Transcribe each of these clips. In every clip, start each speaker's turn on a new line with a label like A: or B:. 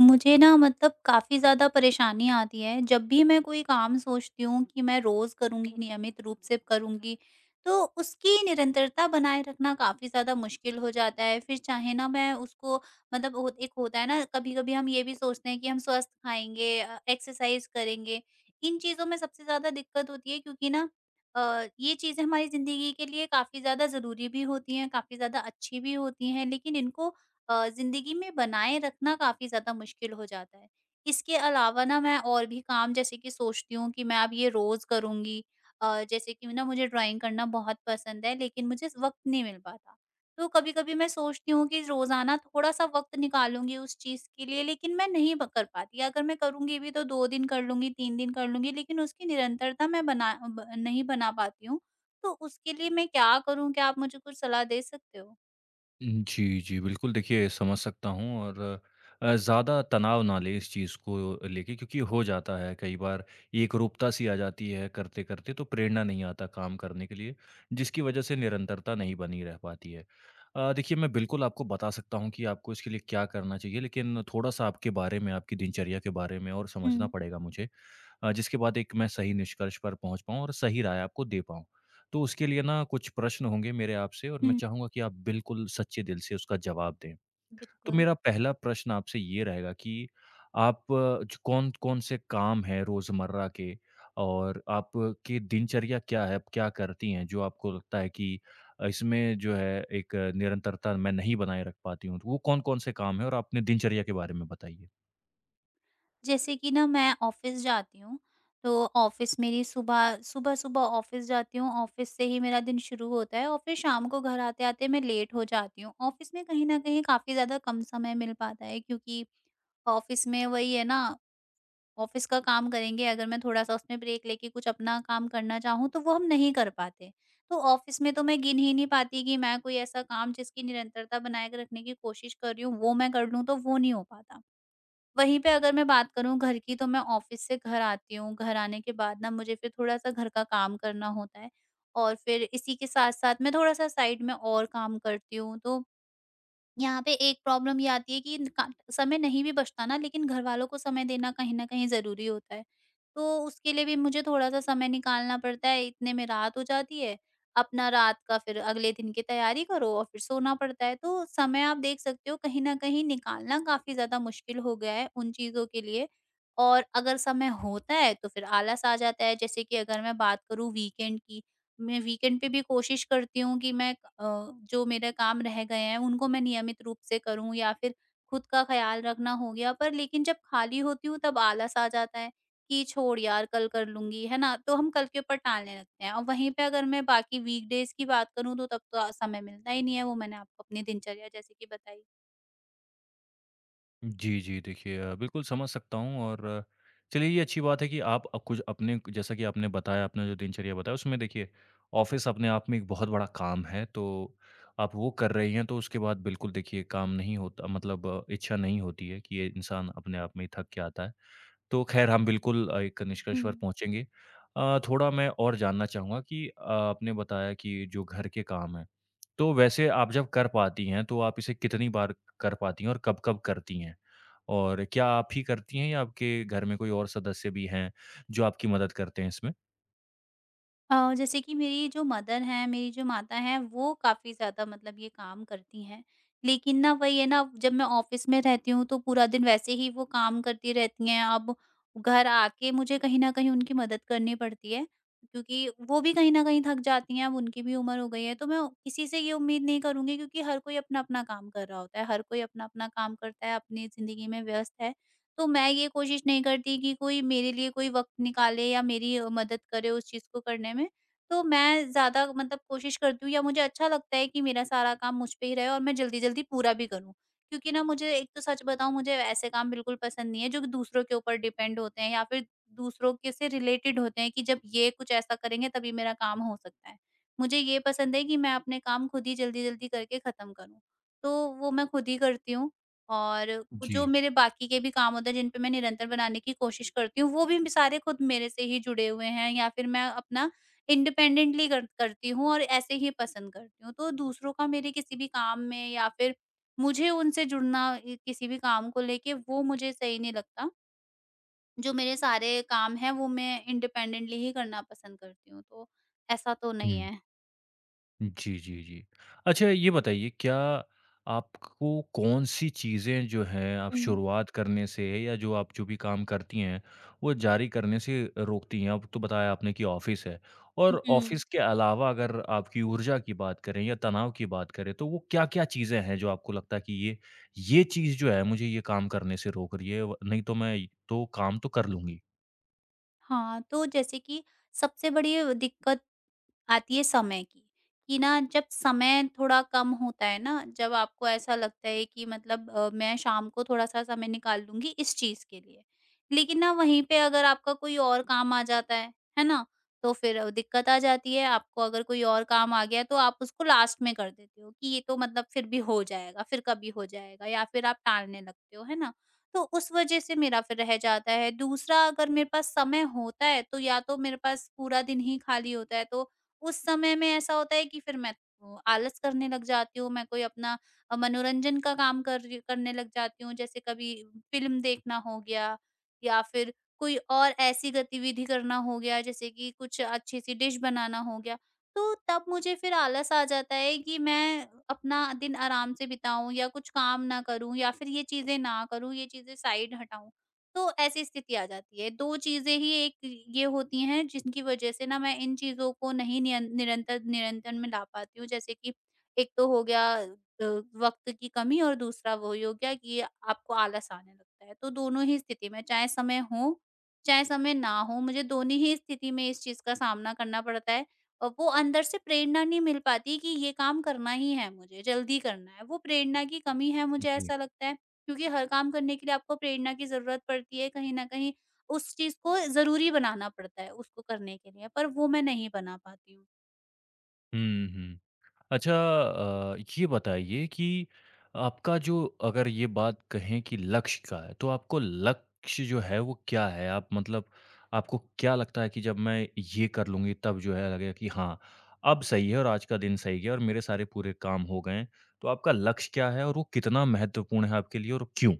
A: मुझे ना मतलब काफ़ी ज़्यादा परेशानी आती है जब भी मैं कोई काम सोचती हूँ कि मैं रोज़ करूँगी नियमित रूप से करूँगी। तो उसकी निरंतरता बनाए रखना काफ़ी ज़्यादा मुश्किल हो जाता है फिर चाहे ना मैं उसको मतलब एक होता है ना, कभी कभी हम ये भी सोचते हैं कि हम स्वस्थ खाएंगे, एक्सरसाइज करेंगे। इन चीज़ों में सबसे ज़्यादा दिक्कत होती है क्योंकि ना, अ, ये चीज़ें हमारी ज़िंदगी के लिए काफ़ी ज़्यादा ज़रूरी भी होती हैं, काफ़ी ज़्यादा अच्छी भी होती हैं, लेकिन इनको ज़िंदगी में बनाए रखना काफ़ी ज़्यादा मुश्किल हो जाता है। इसके अलावा ना मैं और भी काम जैसे कि सोचती हूँ कि मैं अब ये रोज़ करूँगी। जैसे कि ना मुझे ड्राइंग करना बहुत पसंद है, लेकिन मुझे वक़्त नहीं मिल पाता। तो कभी-कभी मैं सोचती हूँ कि रोज़ाना थोड़ा-सा वक़्त निकालूँगी उस चीज़ के लिए, लेकिन मैं नहीं ब कर पाती। अगर मैं करूँगी भी तो 2 दिन कर लूँगी, 3 दिन कर लूँगी, लेकिन उसकी निरंतरता मैं बना ब नहीं बना पाती हूँ। तो उसके लिए मैं क्या करूँ? क्या आप मुझे कुछ सलाह दे सकते हो?
B: जी, जी। बिल्कुल, देखिए समझ सकता हूँ और ज़्यादा तनाव ना लें इस चीज़ को लेके क्योंकि हो जाता है कई बार एकरूपता सी आ जाती है करते-करते तो प्रेरणा नहीं आता काम करने के लिए, जिसकी वज़ह से निरंतरता नहीं बनी रह पाती है। देखिए मैं बिल्कुल आपको बता सकता हूँ कि आपको इसके लिए क्या करना चाहिए लेकिन थोड़ा-सा आपके बारे में, आपकी दिनचर्या के बारे में और समझना
A: हुँ,
B: पड़ेगा मुझे। जिसके बाद एक मैं सही निष्कर्ष पर पहुँच पाऊँ और सही राय आपको दे पाऊँ। तो उसके लिए ना कुछ प्रश्न होंगे मेरे आपसे और मैं
A: हुँ।
B: चाहूँगा कि आप बिल्कुल सच्चे दिल से उसका जवाब दें। तो
A: बिल्कुल।
B: मेरा पहला प्रश्न आपसे ये रहेगा कि आप ज कौन-कौन से काम हैं रोज़मर्रा के और आपकी दिनचर्या क्या है? आप क्या करती हैं जो आपको लगता है कि इसमें जो है एक निरंतरता मैं नहीं बनाए रख पाती हूँ? तो वो कौन-कौन से काम हैं और अपने दिनचर्या के बारे में बताइए?
A: जैसे कि ना मैं ऑफ़िस जाती हूँ, तो ऑफ़िस मेरी सुबह सुबह-सुबह ऑफ़िस जाती हूँ, ऑफ़िस से ही मेरा दिन शुरू होता है और फिर शाम को घर आते-आते मैं लेट हो जाती हूँ। ऑफ़िस में कहीं न कहीं काफ़ी ज़्यादा कम समय मिल पाता है क्योंकि ऑफ़िस में वही है ना, ऑफ़िस का काम करेंगे, अगर मैं थोड़ा-सा उसमें ब्रेक लेके कुछ अपना काम करना चाहूँ, तो वो हम नहीं कर पाते। तो ऑफ़िस में तो मैं गिन ही नहीं पाती कि मैं कोई ऐसा काम जिसकी निरंतरता बनाए के रखने की कोशिश कर रही हूँ, वो मैं कर लूँ, तो वो नहीं हो पाता। वहीं पे अगर मैं बात करूँ घर की, तो मैं ऑफ़िस से घर आती हूँ, घर आने के बाद ना मुझे फिर थोड़ा-सा घर का काम करना होता है और फिर इसी के साथ-साथ मैं थोड़ा-सा साइड में और काम करती हूँ। तो यहाँ पे एक प्रॉब्लम ये आती है कि का समय नहीं भी बचता ना, लेकिन घरवालों को समय देना कहीं न कहीं ज़रूरी होता है। तो उसके लिए भी मुझे थोड़ा-सा समय निकालना पड़ता है, इतने में रात हो जाती है, अपना रात का फिर अगले दिन की तैयारी करो और फिर सोना पड़ता है। तो समय आप देख सकते हो कहीं न कहीं निकालना काफ़ी ज़्यादा मुश्किल हो गया है उन चीज़ों के लिए। और अगर समय होता है तो फिर आलस आ जाता है। जैसे कि अगर मैं बात करूँ वीकेंड की, मैं वीकेंड पे भी कोशिश करती हूँ कि मैं जो मेरे काम रह गए हैं उनको मैं नियमित रूप से करूँ या फिर खुद का ख्याल रखना हो गया, पर लेकिन जब खाली होती हूँ तब आलस आ जाता है कि छोड़ यार कल कर लूंगी, है ना, तो हम कल के ऊपर टालने लगते हैं। और वहीं पे अगर मैं बाकी वीकडेज की बात करूँ तो तब तो समय मिलता ही नहीं है। वो मैंने आपको अपनी दिनचर्या जैसे कि बताई।
B: जी, जी। देखिए, बिल्कुल समझ सकता हूँ और चलिए ये अच्छी बात है कि आप कुछ अपने जैसा कि आपने बताया, अपना जो दिनचर्या बताया उसमें देखिए ऑफ़िस अपने आप में एक बहुत बड़ा काम है, तो आप वो कर रही हैं, तो उसके बाद बिल्कुल देखिए काम नहीं होता मतलब इच्छा नहीं होती है कि ये इंसान अपने आप में ही थक के आता है। तो ख़ैर हम बिल्कुल एक निष्कर्ष
A: हम्म।
B: पर पहुँचेंगे। थोड़ा मैं और जानना चाहूँगा कि आपने बताया कि जो घर के काम हैं, तो वैसे आप जब कर पाती हैं, तो आप इसे कितनी बार कर पाती हैं और कब-कब करती हैं? और क्या आप ही करती हैं या आपके घर में कोई और सदस्य भी हैं, जो आपकी मदद करते हैं इसमें?
A: जैसे कि मेरी जो मदर हैं, मेरी जो माता हैं, वो काफ़ी ज़्यादा मतलब ये काम करती हैं। लेकिन ना वही है ना, जब मैं ऑफ़िस में रहती हूँ, तो पूरा दिन वैसे ही वो काम करती रहती हैं। अब घर आके मुझे कहीं न कहीं उनकी मदद करनी पड़ती है, क्योंकि वो भी कहीं न कहीं थक जाती हैं, अब उनकी भी उम्र हो गई है। तो मैं किसी से ये उम्मीद नहीं करूँगी क्योंकि हर कोई अपना-अपना काम कर रहा होता है, हर कोई अपना-अपना काम करता है, अपनी ज़िंदगी में व्यस्त है। तो मैं ये कोशिश नहीं करती कि कोई मेरे लिए कोई वक़्त निकाले या मेरी मदद करे उस चीज़ को करने में। तो मैं ज़्यादा मतलब कोशिश करती हूँ या मुझे अच्छा लगता है कि मेरा सारा काम मुझ पे ही रहे और मैं जल्दी-जल्दी पूरा भी करूँ। क्योंकि ना मुझे, एक तो सच बताऊँ, मुझे ऐसे काम बिल्कुल पसंद नहीं है जो कि दूसरों के ऊपर डिपेंड होते हैं या फिर दूसरों के से रिलेटेड होते हैं कि जब ये कुछ ऐसा करेंगे तभी मेरा काम हो सकता है। मुझे ये पसंद है कि मैं अपने काम खुद ही जल्दी-जल्दी करके ख़त्म करूँ। तो वो मैं खुद ही करती हूँ। और
B: जी।
A: जो मेरे बाकी के भी काम होते हैं जिन पे मैं निरंतर बनाने की कोशिश करती हूँ वो भी सारे खुद मेरे से ही जुड़े हुए हैं, या फिर मैं अपना करती हूँ और ऐसे ही पसंद करती हूँ। तो दूसरों का मेरे किसी भी काम में या फिर मुझे उनसे जुड़ना ये किसी भी काम को लेके वो मुझे सही नहीं लगता। जो मेरे सारे काम हैं वो मैं इंडिपेंडेंटली ही करना पसंद करती हूँ, तो ऐसा तो नहीं
B: हुँ।
A: है।
B: जी, जी, जी। अच्छा ये बताइए, क्या आपको कौन-सी चीज़ें जो हैं आप
A: हम्म।
B: शुरुआत करने से या जो आप जो भी काम करती हैं, वो जारी करने से रोकती हैं? अब तो बताया आपने कि ऑफ़िस है
A: हम्म।
B: और
A: हम्म।
B: ऑफ़िस के अलावा अगर आपकी ऊर्जा की बात करें या तनाव की बात करें, तो वो क्या-क्या चीज़ें हैं जो आपको लगता है कि ये चीज़ जो है मुझे ये काम करने से रोक रही है, व नहीं तो मैं तो काम तो कर लूँगी?
A: हाँ, तो जैसे कि सबसे बड़ी दिक्कत आती है समय की कि ना जब समय थोड़ा कम होता है ना, जब आपको ऐसा लगता है कि मतलब मैं शाम को थोड़ा सा समय निकाल लूंगी इस चीज के लिए, लेकिन ना वहीं पे अगर आपका कोई और काम आ जाता है ना, तो फिर दिक्कत आ जाती है। आपको अगर कोई और काम आ गया तो आप उसको लास्ट में कर देते हो कि ये तो मतलब फिर भी हो जाएगा, फिर कभी हो जाएगा, या फिर आप टालने लगते हो, है ना। तो उस वजह से मेरा फिर रह जाता है। दूसरा, अगर मेरे पास समय होता है तो या तो मेरे पास पूरा दिन ही खाली होता है, तो उस समय में ऐसा होता है कि फिर मैं आलस करने लग जाती हूँ, मैं मनोरंजन का काम कर रही करने लग जाती हूँ। जैसे कभी फ़िल्म देखना हो गया, या फिर कोई और ऐसी गतिविधि करना हो गया, जैसे कि कुछ अच्छी-सी डिश बनाना हो गया। तो तब मुझे फिर आलस आ जाता है कि मैं अपना दिन आराम से बिताऊँ या कुछ काम ना करूँ या फिर ये चीज़ें ना करूँ, ये चीज़ें साइड हटाऊँ। तो ऐसी स्थिति आ जाती है। 2 चीज़ें ही एक ये होती हैं जिनकी वज़ह से ना मैं इन चीज़ों को नहीं नियन निरंतर निरंतर में ला पाती हूँ। जैसे कि एक तो हो गया वक़्त की कमी, और दूसरा वही हो गया कि आपको आलस आने लगता है। तो दोनों ही स्थिति में, चाहे समय हो, चाहे समय ना हो, मुझे दोनों ही स्थिति में इस चीज़ का सामना करना पड़ता है। और वो अंदर से प्रेरणा नहीं मिल पाती कि ये काम करना ही है मुझे, जल्दी करना है। वो प्रेरणा की कमी है मुझे
B: जी।
A: ऐसा लगता है। क्योंकि हर काम करने के लिए आपको प्रेरणा की ज़रूरत पड़ती है, कहीं न कहीं उस चीज़ को ज़रूरी बनाना पड़ता है उसको करने के लिए, पर वो मैं नहीं बना पाती हूँ।
B: हुँ, हुँ। अच्छा, ये बताइए कि आपका जो अगर ये बात कहें कि लक्ष्य का है, तो आपको लक्ष्य जो है वो क्या है? आप मतलब आपको क्या लगता है कि जब मैं ये कर लूँगी तब जो है लगेगा कि हाँ, अब सही है और आज का दिन सही गया और मेरे सारे पूरे काम हो गए हैं। तो आपका लक्ष्य क्या है और वो कितना महत्वपूर्ण है आपके लिए और क्यों?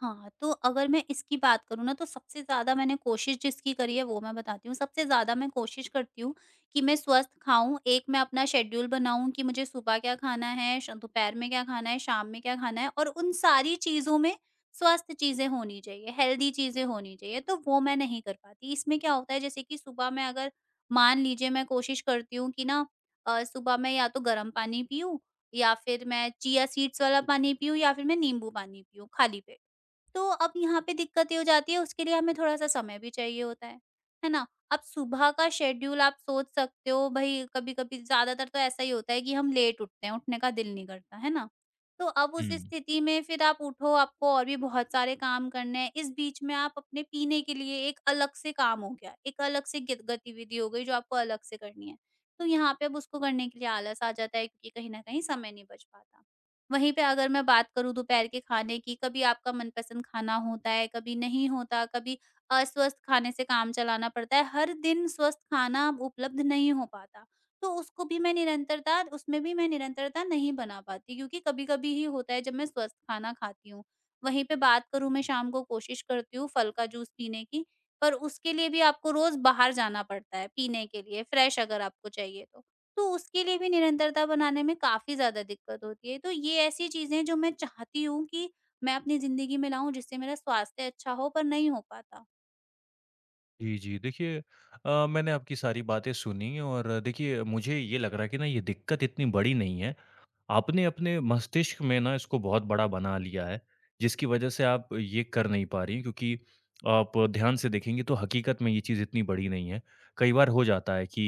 A: हाँ, तो अगर मैं इसकी बात करूँ ना, तो सबसे ज़्यादा मैंने कोशिश जिसकी करी है वो मैं बताती हूँ। सबसे ज़्यादा मैं कोशिश करती हूँ कि मैं स्वस्थ खाऊँ। एक मैं अपना शेड्यूल बनाऊँ कि मुझे सुबह क्या खाना है, श दोपहर में क्या खाना है, शाम में क्या खाना है, और उन सारी चीज़ों में स्वस्थ चीज़ें होनी चाहिए, हेल्दी चीज़ें होनी चाहिए, तो वो मैं नहीं कर पाती। इसमें क्या होता है जैसे कि सुबह मैं अगर मान लीजिए मैं कोशिश करती हूँ कि ना सुबह मैं या तो गर्म पानी पीऊँ, या फिर मैं चिया सीड्स वाला पानी पीऊँ, या फिर मैं नींबू पानी पीऊँ खाली पेट। तो अब यहाँ पे दिक्कत ये हो जाती है, उसके लिए हमें थोड़ा-सा समय भी चाहिए होता है ना? अब सुबह का शेड्यूल आप सोच सकते हो भई, कभी-कभी ज़्यादातर तो ऐसा ही होता है कि हम लेट उठते हैं, उठने का दिल नहीं करता, है ना? तो अब उस
B: हुँ।
A: स्थिति में फिर आप उठो, आपको और भी बहुत सारे काम करने हैं, इस बीच में आप अपने पीने के लिए एक अलग से काम हो गया, एक अलग से गित गतिविधि हो गई जो आपको अलग से करनी है। तो यहाँ पे अब उसको करने के लिए आलस आ जाता है क्योंकि कहीं न कहीं समय नहीं बच पाता। वहीं पे अगर मैं बात करूँ दोपहर के खाने की, कभी आपका मनपसंद खाना होता है, कभी नहीं होता, कभी अस्वस्थ खाने से काम चलाना पड़ता है। हर दिन स्वस्थ खाना उपलब्ध नहीं हो पाता, तो उसको भी मैं निरंतरता उसमें भी मैं निरंतरता नहीं बना पाती, क्योंकि कभी-कभी ही होता है जब मैं स्वस्थ खाना खाती हूँ। वहीं पे बात करूँ, मैं शाम को कोशिश करती हूँ फल का जूस पीने की, पर उसके लिए भी आपको रोज़ बाहर जाना पड़ता है पीने के लिए, फ्रेश अगर आपको चाहिए तो। तो उसके लिए भी निरंतरता बनाने में काफ़ी ज़्यादा दिक्कत होती है। तो ये ऐसी चीज़ें हैं जो मैं चाहती हूँ कि मैं अपनी ज़िंदगी में लाऊँ जिससे मेरा स्वास्थ्य अच्छा हो, पर नहीं हो पाता।
B: जी, जी। देखिए, मैंने आपकी सारी बातें सुनी और देखिए मुझे ये लग रहा है कि ना ये दिक्कत इतनी बड़ी नहीं है। आपने अपने मस्तिष्क में ना इसको बहुत बड़ा बना लिया है, जिसकी वजह से आप ये कर नहीं पा रही क्योंकि आप ध्यान से देखेंगी तो हकीकत में ये चीज़ इतनी बड़ी नहीं है। कई बार हो जाता है कि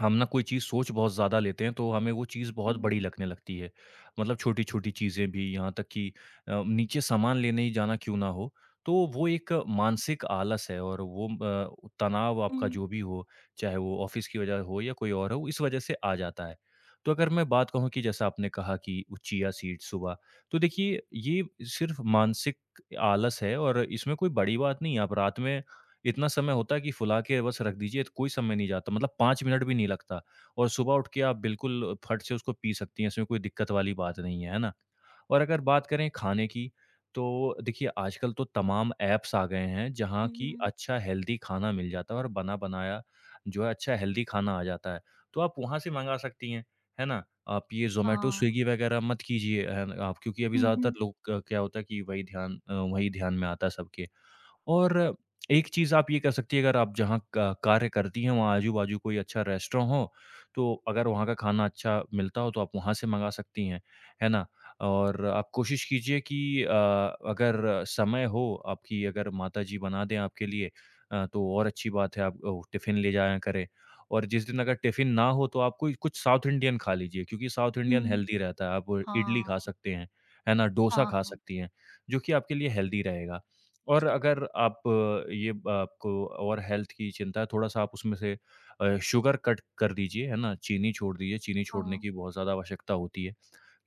B: हम ना कोई चीज़ सोच बहुत ज़्यादा लेते हैं तो हमें वो चीज़ बहुत
A: हुँ,
B: बड़ी लगने लगती है। मतलब छोटी-छोटी चीज़ें भी, यहाँ तक कि नीचे सामान लेने ही जाना क्यों ना हो, तो वो एक मानसिक आलस है और वो तनाव आपका
A: हुँ,
B: जो भी हो, चाहे वो ऑफ़िस की वजह हो या कोई और हो, इस वजह से आ जाता है। तो अगर मैं बात कहूँ कि जैसा आपने कहा कि वो चिया सीड्स सुबह, तो देखिए ये सिर्फ़ मानसिक आलस है और इसमें कोई बड़ी बात नहीं है। आप रात में इतना समय होता है कि फुला के बस रख दीजिए, कोई समय नहीं जाता, मतलब 5 मिनट भी नहीं लगता और सुबह उठ के आप बिल्कुल फट से उसको पी सकती हैं, इसमें कोई दिक्कत वाली बात नहीं है, है ना? और अगर बात करें खाने की, तो देखिए आजकल तो तमाम ऐप्स आ गए हैं जहाँ की
A: हुँ।
B: अच्छा हेल्दी खाना मिल जाता है और बना-बनाया जो है अच्छा हेल्दी खाना आ जाता है। तो आप वहाँ से मँगा सकती हैं, है ना? आप ये ज़ोमैटो,
A: हाँ।
B: स्विगी वगैरह मत कीजिए, है ना आप, क्योंकि अभी
A: हुँ,
B: ज़्यादातर
A: हुँ,
B: लोग क क्या होता है कि वही ध्यान में आता है सबके। और एक चीज़ आप ये कर सकती है, अगर आप जहाँ का कार्य करती हैं वहाँ आजू-बाजू कोई अच्छा रेस्टोरेंट हो, तो अगर वहाँ का खाना अच्छा मिलता हो तो आप वहाँ से मँगा सकती हैं, है ना? और आप कोशिश कीजिए कि अगर समय हो आपकी, अगर माताजी बना दें आपके लिए, तो और अच्छी बात है, आप टिफ़िन ले जाया करें। और जिस दिन अगर टिफ़िन ना हो तो आप कोई कुछ साउथ इंडियन खा लीजिए, क्योंकि साउथ इंडियन
A: हुँ।
B: हेल्दी रहता है, आप इडली खा
A: हाँ,
B: सकते हैं, है ना? डोसा
A: हाँ,
B: खा
A: हाँ।
B: सकती हैं, जो कि आपके लिए हेल्दी रहेगा। और
A: ठीक है।
B: अगर आप, ये आपको और हेल्थ की चिंता है, थोड़ा-सा आप उसमें से शुगर कट कर दीजिए, है ना? चीनी छोड़ दीजिए, चीनी छोड़ने
A: हाँ।
B: की बहुत ज़्यादा आवश्यकता होती है,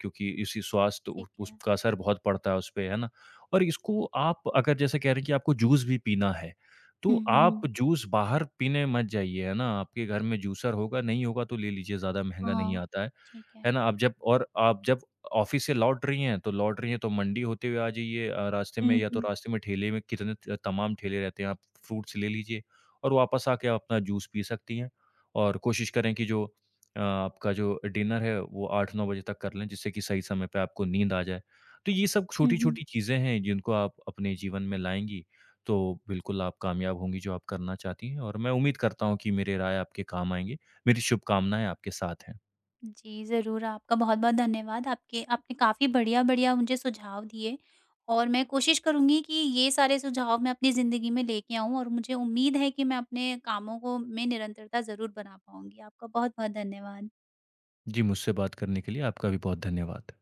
B: क्योंकि इसी स्वास्थ्य उ
A: ठीक है।
B: उसका असर बहुत पड़ता है उसपे, है ना? और इसको आप अगर जैसे कह रहे हैं कि आपको जूस भी पीना है, तो
A: हुँ,
B: आप
A: हुँ।
B: जूस बाहर पीने मत जाइए, है ना? आपके घर में जूसर होगा, नहीं होगा तो ले लीजिए, ज़्यादा महँगा नहीं
A: हाँ,
B: आता
A: ठीक है।
B: है ना? आप जब ऑफिस से लौट रही हैं, तो लौट रही हैं तो मंडी होते हुए आ जाइए, रास्ते में,
A: हुँ,
B: या तो
A: हुँ,
B: रास्ते में ठेले में कितने त तमाम ठेले रहते हैं, आप फ्रूट्स ले लीजिए और वापस आके आप अपना जूस पी सकती हैं। और कोशिश करें कि जो आपका जो डिनर है वो 8-9 बजे तक कर लें जिससे कि सही समय पे आपको नींद आ जाए। तो ये सब
A: हुँ, हुँ।
B: छोटी-छोटी चीज़ें हैं जिनको आप अपने जीवन में लाएँगी, तो बिल्कुल आप कामयाब होंगी जो आप करना चाहती हैं और मैं उम्मीद करता हूँ कि मेरे राय आपके काम आएँगे। मेरी शुभकामनाएँ आपके साथ हैं।
A: जी, ज़रूर। आपका बहुत-बहुत धन्यवाद। आपके आपने काफ़ी बढ़िया-बढ़िया मुझे सुझाव दिए, और मैं कोशिश करूँगी कि ये सारे सुझाव मैं अपनी ज़िंदगी में लेके आऊँ और मुझे उम्मीद है कि मैं अपने कामों को में निरंतरता ज़रूर बना पाऊँगी। आपका बहुत-बहुत धन्यवाद।
B: जी, मुझसे बात करने के लिए आपका भी बहुत धन्यवाद।